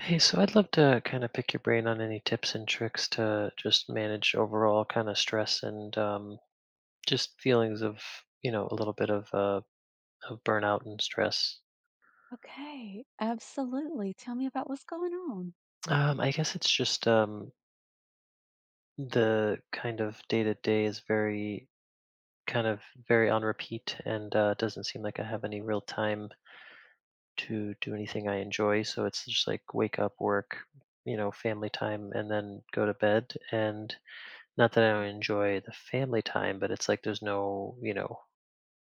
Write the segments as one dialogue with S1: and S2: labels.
S1: Hey, so I'd love to kind of pick your brain on any tips and tricks to just manage overall kind of stress and just feelings of, a little bit of of burnout and stress.
S2: Okay, absolutely. Tell me about what's going on.
S1: I guess it's just the kind of day to day is very kind of very on repeat, and doesn't seem like I have any real time to do anything I enjoy. So it's just like wake up, work, family time, and then go to bed. And not that I don't enjoy the family time, but it's like there's no, you know,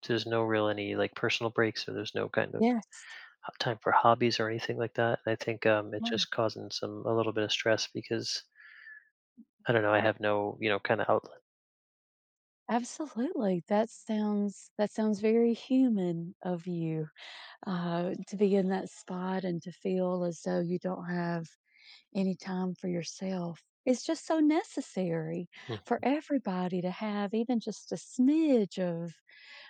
S1: there's no real any like personal breaks, or there's no kind of
S2: Yes.
S1: ho time for hobbies or anything like that. And I think, it's
S2: Yeah.
S1: just causing some a little bit of stress because I don't know, I have no, kind of outlet.
S2: Absolutely. That sounds very human of you to be in that spot and to feel as though you don't have any time for yourself. It's just so necessary
S1: Mm,
S2: for everybody to have even just a smidge of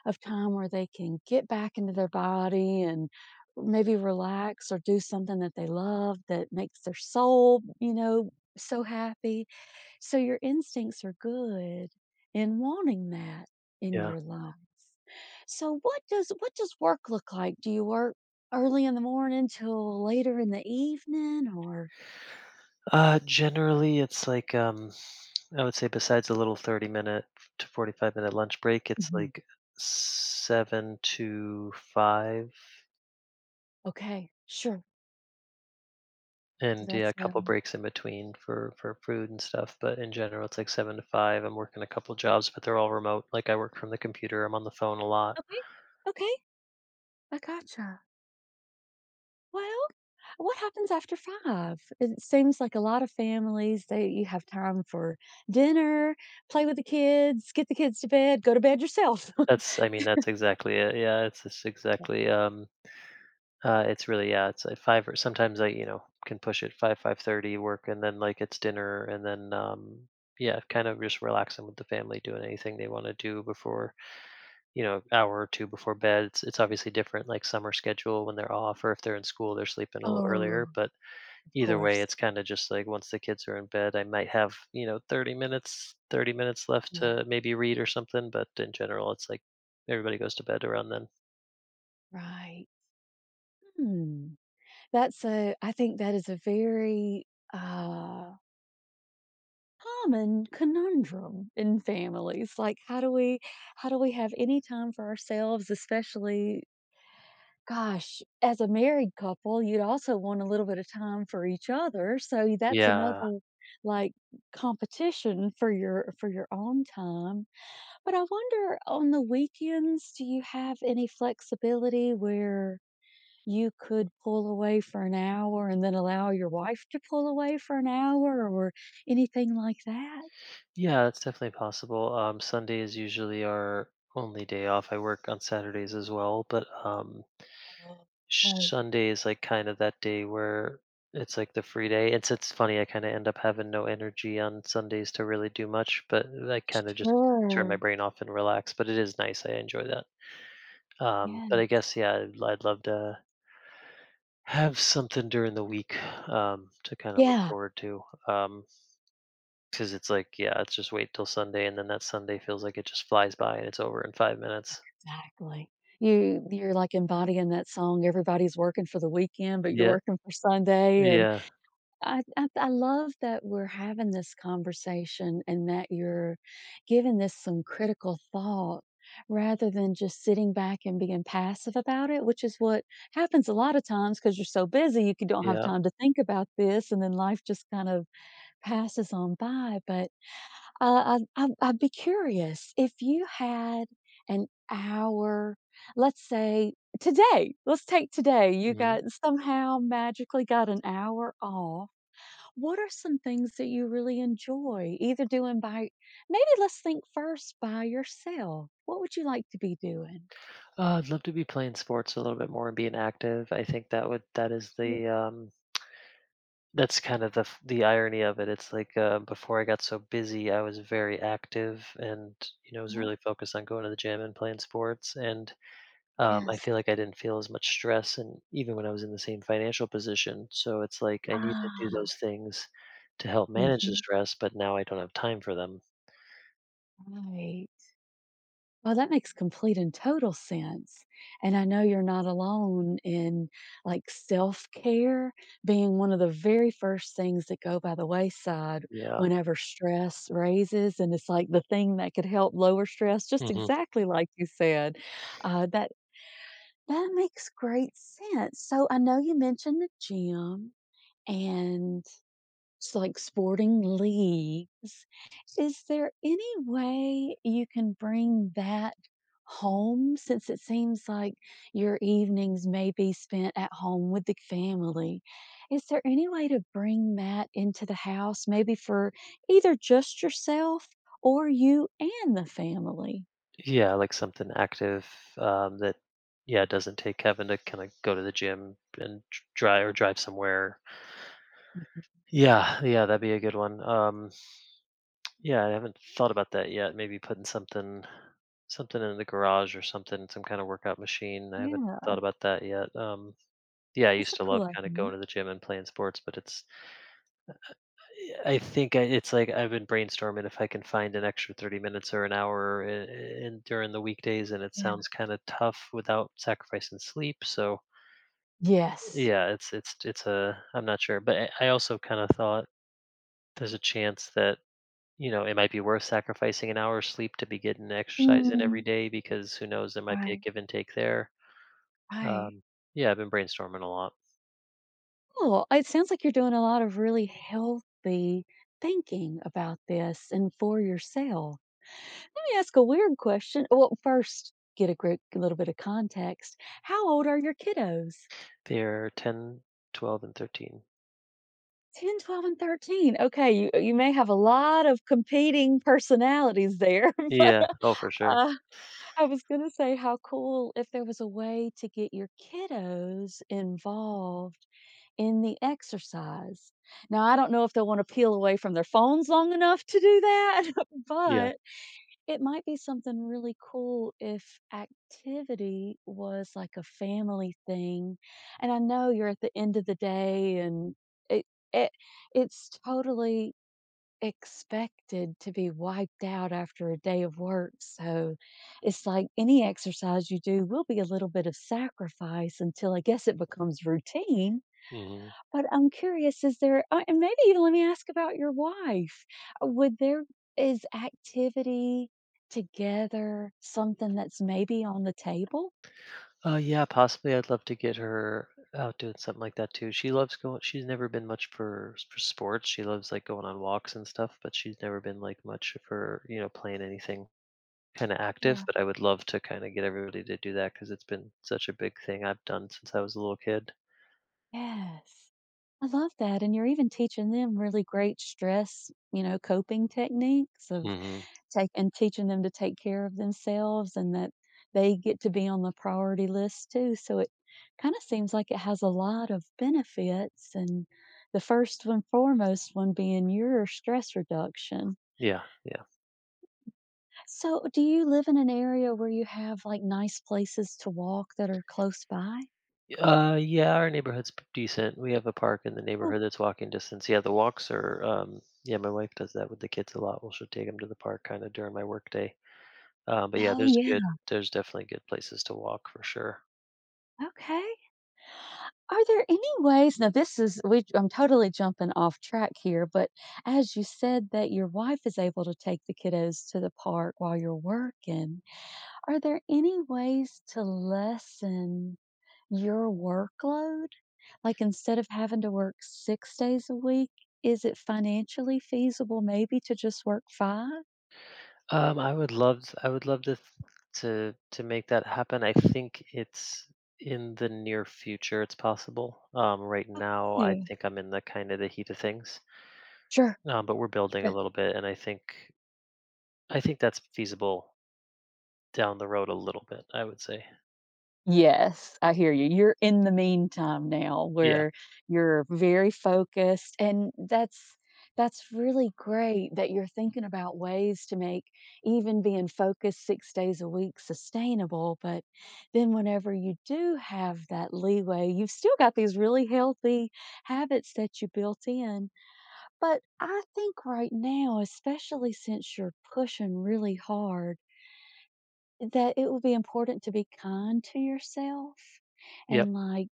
S2: time where they can get back into their body and maybe relax or do something that they love that makes their soul, you know, so happy. So your instincts are good in wanting that in
S1: yeah.
S2: your life. So what does work look like? Do you work early in the morning till later in the evening or
S1: Generally it's like, I would say besides a little 30 minute to 45 minute lunch break, it's
S2: Mhm.
S1: like 7 to 5,
S2: Okay, sure. So
S1: and yeah,
S2: that's
S1: a couple breaks in between for food and stuff. But in general, it's like 7 to 5. I'm working a couple jobs, but they're all remote. Like I work from the computer. I'm on the phone a lot.
S2: okay. Okay, I gotcha. Well, what happens after 5? It seems like a lot of families, they you have time for dinner, play with the kids, get the kids to bed, go to bed yourself.
S1: That's I mean that's exactly it. Yeah, it's exactly. It's really yeah. It's like five, or sometimes I can push it 5, 5:30 work. And then like it's dinner, and then yeah, kind of just relaxing with the family, doing anything they want to do before hour or two before bed. It's obviously different, like summer schedule when they're off, or if they're in school they're sleeping a little
S2: Oh,
S1: earlier. But
S2: of
S1: either way,
S2: course.
S1: it's kind of just like once the kids are in bed, I might have, 30 minutes left
S2: Yeah,
S1: to maybe read or something. But in general, it's like everybody goes to bed around then.
S2: right. Hmm. That's a I think that is a very, uh, common conundrum in families, like, how do we have any time for ourselves, especially Gosh, as a married couple, you'd also want a little bit of time for each other, so that's
S1: Yeah.
S2: another, like, competition for your own time. But I wonder, on the weekends, do you have any flexibility where you could pull away for an hour and then allow your wife to pull away for an hour or anything like that?
S1: Yeah, that's definitely possible. Sunday is usually our only day off. I work on Saturdays as well, but
S2: Oh, right.
S1: Sunday is like kind of that day where it's like the free day. It's funny. I kind of end up having no energy on Sundays to really do much, but I kind
S2: Sure.
S1: of just turn my
S2: Sure.
S1: brain off and relax. But it is nice. I enjoy that. But
S2: Yeah.
S1: I guess yeah, I'd love to have something during the week to kind of look
S2: Yeah.
S1: forward to. Um, because it's like yeah, it's just wait till Sunday, and then that Sunday feels like it just flies by and it's over in 5 minutes.
S2: Exactly. You you're, like, embodying that song, everybody's working for the weekend, but you're
S1: Yeah,
S2: working for Sunday, and
S1: yeah,
S2: I love that we're having this conversation and that you're giving this some critical thought rather than just sitting back and being passive about it, which is what happens a lot of times because 'cause you're so busy, you c don't have
S1: yeah.
S2: time to think about this, and then life just kind of passes on by, but I'd be curious if you had an hour, let's say today, let's take today, you
S1: Mhm.
S2: got somehow magically got an hour off. What are some things that you really enjoy either doing by maybe let's think first by yourself. What would you like to be doing?
S1: I'd love to be playing sports a little bit more and being active. I think that would that is the that's kind of the the irony of it. It's like before I got so busy, I was very active and was
S2: Okay,
S1: really focused on going to the gym and playing sports. And I
S2: yes.
S1: feel like I didn't feel as much stress, and even when I was in the same financial position. So it's like I need to do
S2: Ah,
S1: those things to help manage the
S2: mhm,
S1: stress, but now I don't have time for them.
S2: right. Well, that makes complete and total sense. And I know you're not alone in like self care being one of the very first things that go by the wayside
S1: Yeah.
S2: whenever stress raises. And it's like the thing that could help lower stress, just
S1: Hmm.
S2: exactly like you said. Uh, that, that makes great sense. So I know you mentioned the gym and it's like sporting leagues. Is there any way you can bring that home since it seems like your evenings may be spent at home with the family? Is there any way to bring that into the house, maybe for either just yourself or you and the family?
S1: Yeah, like something active, that yeah doesn't take having to kind of go to the gym and drive, or drive somewhere. Yeah, yeah, that'd be a good one. Yeah, I haven't thought about that yet. Maybe putting something in the garage or something, some kind of workout machine. I haven't thought
S2: Yeah,
S1: about that yet. Yeah I
S2: that's
S1: used
S2: a
S1: to
S2: cool
S1: love kinda
S2: idea.
S1: going to the gym and playing sports, but it's like I've been brainstorming if I can find an extra 30 minutes or an hour I in during the weekdays, and it
S2: Yeah.
S1: sounds kinda tough without sacrificing sleep. So
S2: Yes.
S1: yeah, it's a I'm not sure, but I also kinda thought there's a chance that, it might be worth sacrificing an hour's sleep to be getting exercise in every
S2: Mm,
S1: day, because who knows, there might be a
S2: right,
S1: give and take there.
S2: right.
S1: Um, yeah, I've been brainstorming a lot.
S2: Oh, it sounds like you're doing a lot of really healthy thinking about this and for yourself. Let me ask a weird question. Well, first, get a great a little bit of context. How old are your kiddos?
S1: They're 10, 12, and 13.
S2: 10, 12, and 13. Okay, you may have a lot of competing personalities there, but
S1: Yeah. Oh, for sure.
S2: uh, I was going to say how cool if there was a way to get your kiddos involved in the exercise. Now, I don't know if they'll wanna peel away from their phones long enough to do that,
S1: Yeah.
S2: but it might be something really cool if activity was like a family thing, and I know you're at the end of the day and it it it's totally expected to be wiped out after a day of work, so it's like any exercise you do will be a little bit of sacrifice until I guess it becomes routine.
S1: Hmm.
S2: But I'm curious, is there and maybe even let me ask about your wife. Would there Is activity together something that's maybe on the table?
S1: Yeah, possibly. I'd love to get her out doing something like that too. She loves going. She's never been much for sports. She loves like going on walks and stuff, but she's never been like much for playing anything kind of active.
S2: Sure.
S1: But I would love to kind of get everybody to do that because it's been such a big thing I've done since I was a little kid.
S2: Yes. I love that, and you're even teaching them really great stress, you know, coping techniques of
S1: Hmm.
S2: take and teaching them to take care of themselves and that they get to be on the priority list too. So it kind of seems like it has a lot of benefits and the first and foremost one being your stress reduction.
S1: Yeah. Yeah.
S2: So do you live in an area where you have like nice places to walk that are close by?
S1: Yeah, our neighborhood's decent. We have a park in the
S2: Oh,
S1: neighborhood that's walking distance. Yeah, the walks are. Yeah, my wife does that with the kids a lot. Well, she'll take them to the park kind of during my work day. But yeah,
S2: oh
S1: there's good.
S2: yeah.
S1: There's definitely good places to walk for sure.
S2: Okay. Are there any ways now this is we I'm totally jumping off track here, but as you said that your wife is able to take the kiddos to the park while you're working, are there any ways to lessen your workload? Like, instead of having to work 6 days a week, is it financially feasible maybe to just work 5?
S1: I would love. I would love to th- to make that happen. I think it's in the near future. It's possible. Right now, I
S2: Okay,
S1: think I'm in the kind of the heat of things.
S2: sure.
S1: But we're building a little bit, and I think that's feasible down the road a little bit, I would say.
S2: Yes, I hear you. You're in the meantime now
S1: Yeah.
S2: where you're very focused and that's really great that you're thinking about ways to make even being focused 6 days a week sustainable, but then whenever you do have that leeway, you've still got these really healthy habits that you built in. But I think right now, especially since you're pushing really hard that it will be important to be kind to yourself
S1: Yep.
S2: and, like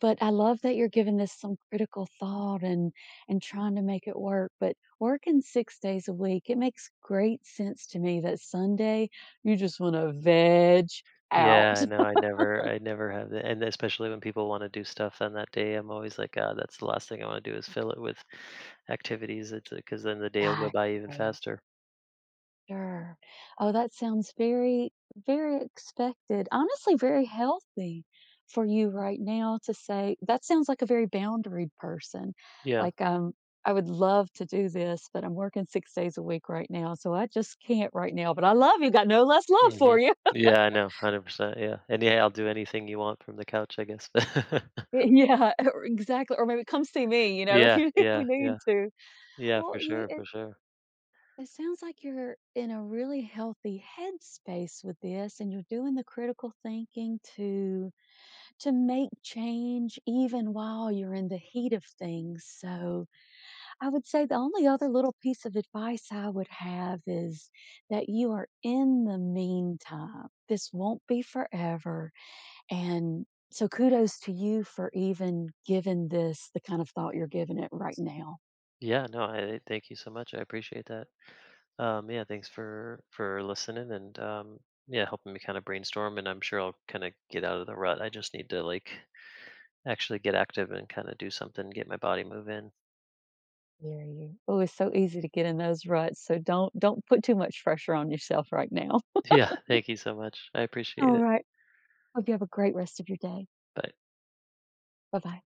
S2: but I love that you're giving this some critical thought and trying to make it work, but working 6 days a week, it makes great sense to me that Sunday, you just wanna veg
S1: Yeah,
S2: out.
S1: I know, I never I never have the, and especially when people wanna do stuff on that day, I'm always like, "Ah, that's the last thing I wanna do is fill it with activities." It's because then the day will go by even
S2: Exactly.
S1: faster.
S2: Sure. Oh, that sounds very, very expected. Honestly, very healthy for you right now to say that sounds like a very boundary person.
S1: Yeah.
S2: Like, I would love to do this, but I'm working 6 days a week right now, so I just can't right now. But I love you, got no less love
S1: Mhm.
S2: for you.
S1: Yeah, I know, 100%, yeah. And, yeah, I'll do anything you want from the couch, I guess.
S2: Yeah, or exactly. Or maybe come see me, you know, if
S1: Yeah,
S2: you if
S1: yeah,
S2: we
S1: yeah.
S2: need to.
S1: Yeah,
S2: Well,
S1: for sure, for sure.
S2: it sounds like you're in a really healthy headspace with this and you're doing the critical thinking to make change even while you're in the heat of things. So, I would say the only other little piece of advice I would have is that you are in the meantime. This won't be forever. And so, kudos to you for even giving this the kind of thought you're giving it right now.
S1: Yeah, no, I thank you so much, I appreciate that. Yeah, thanks for listening, and yeah, helping me kind of brainstorm. And I'm sure I'll kind of get out of the rut. I just need to like actually get active and kind of do something, get my body moving.
S2: Hear you. Oh, it's so easy to get in those ruts. So don't put too much pressure on yourself right now.
S1: Yeah, thank you so much. I appreciate
S2: All
S1: it.
S2: right. Hope you have a great rest of your day.
S1: Bye.
S2: Bye bye.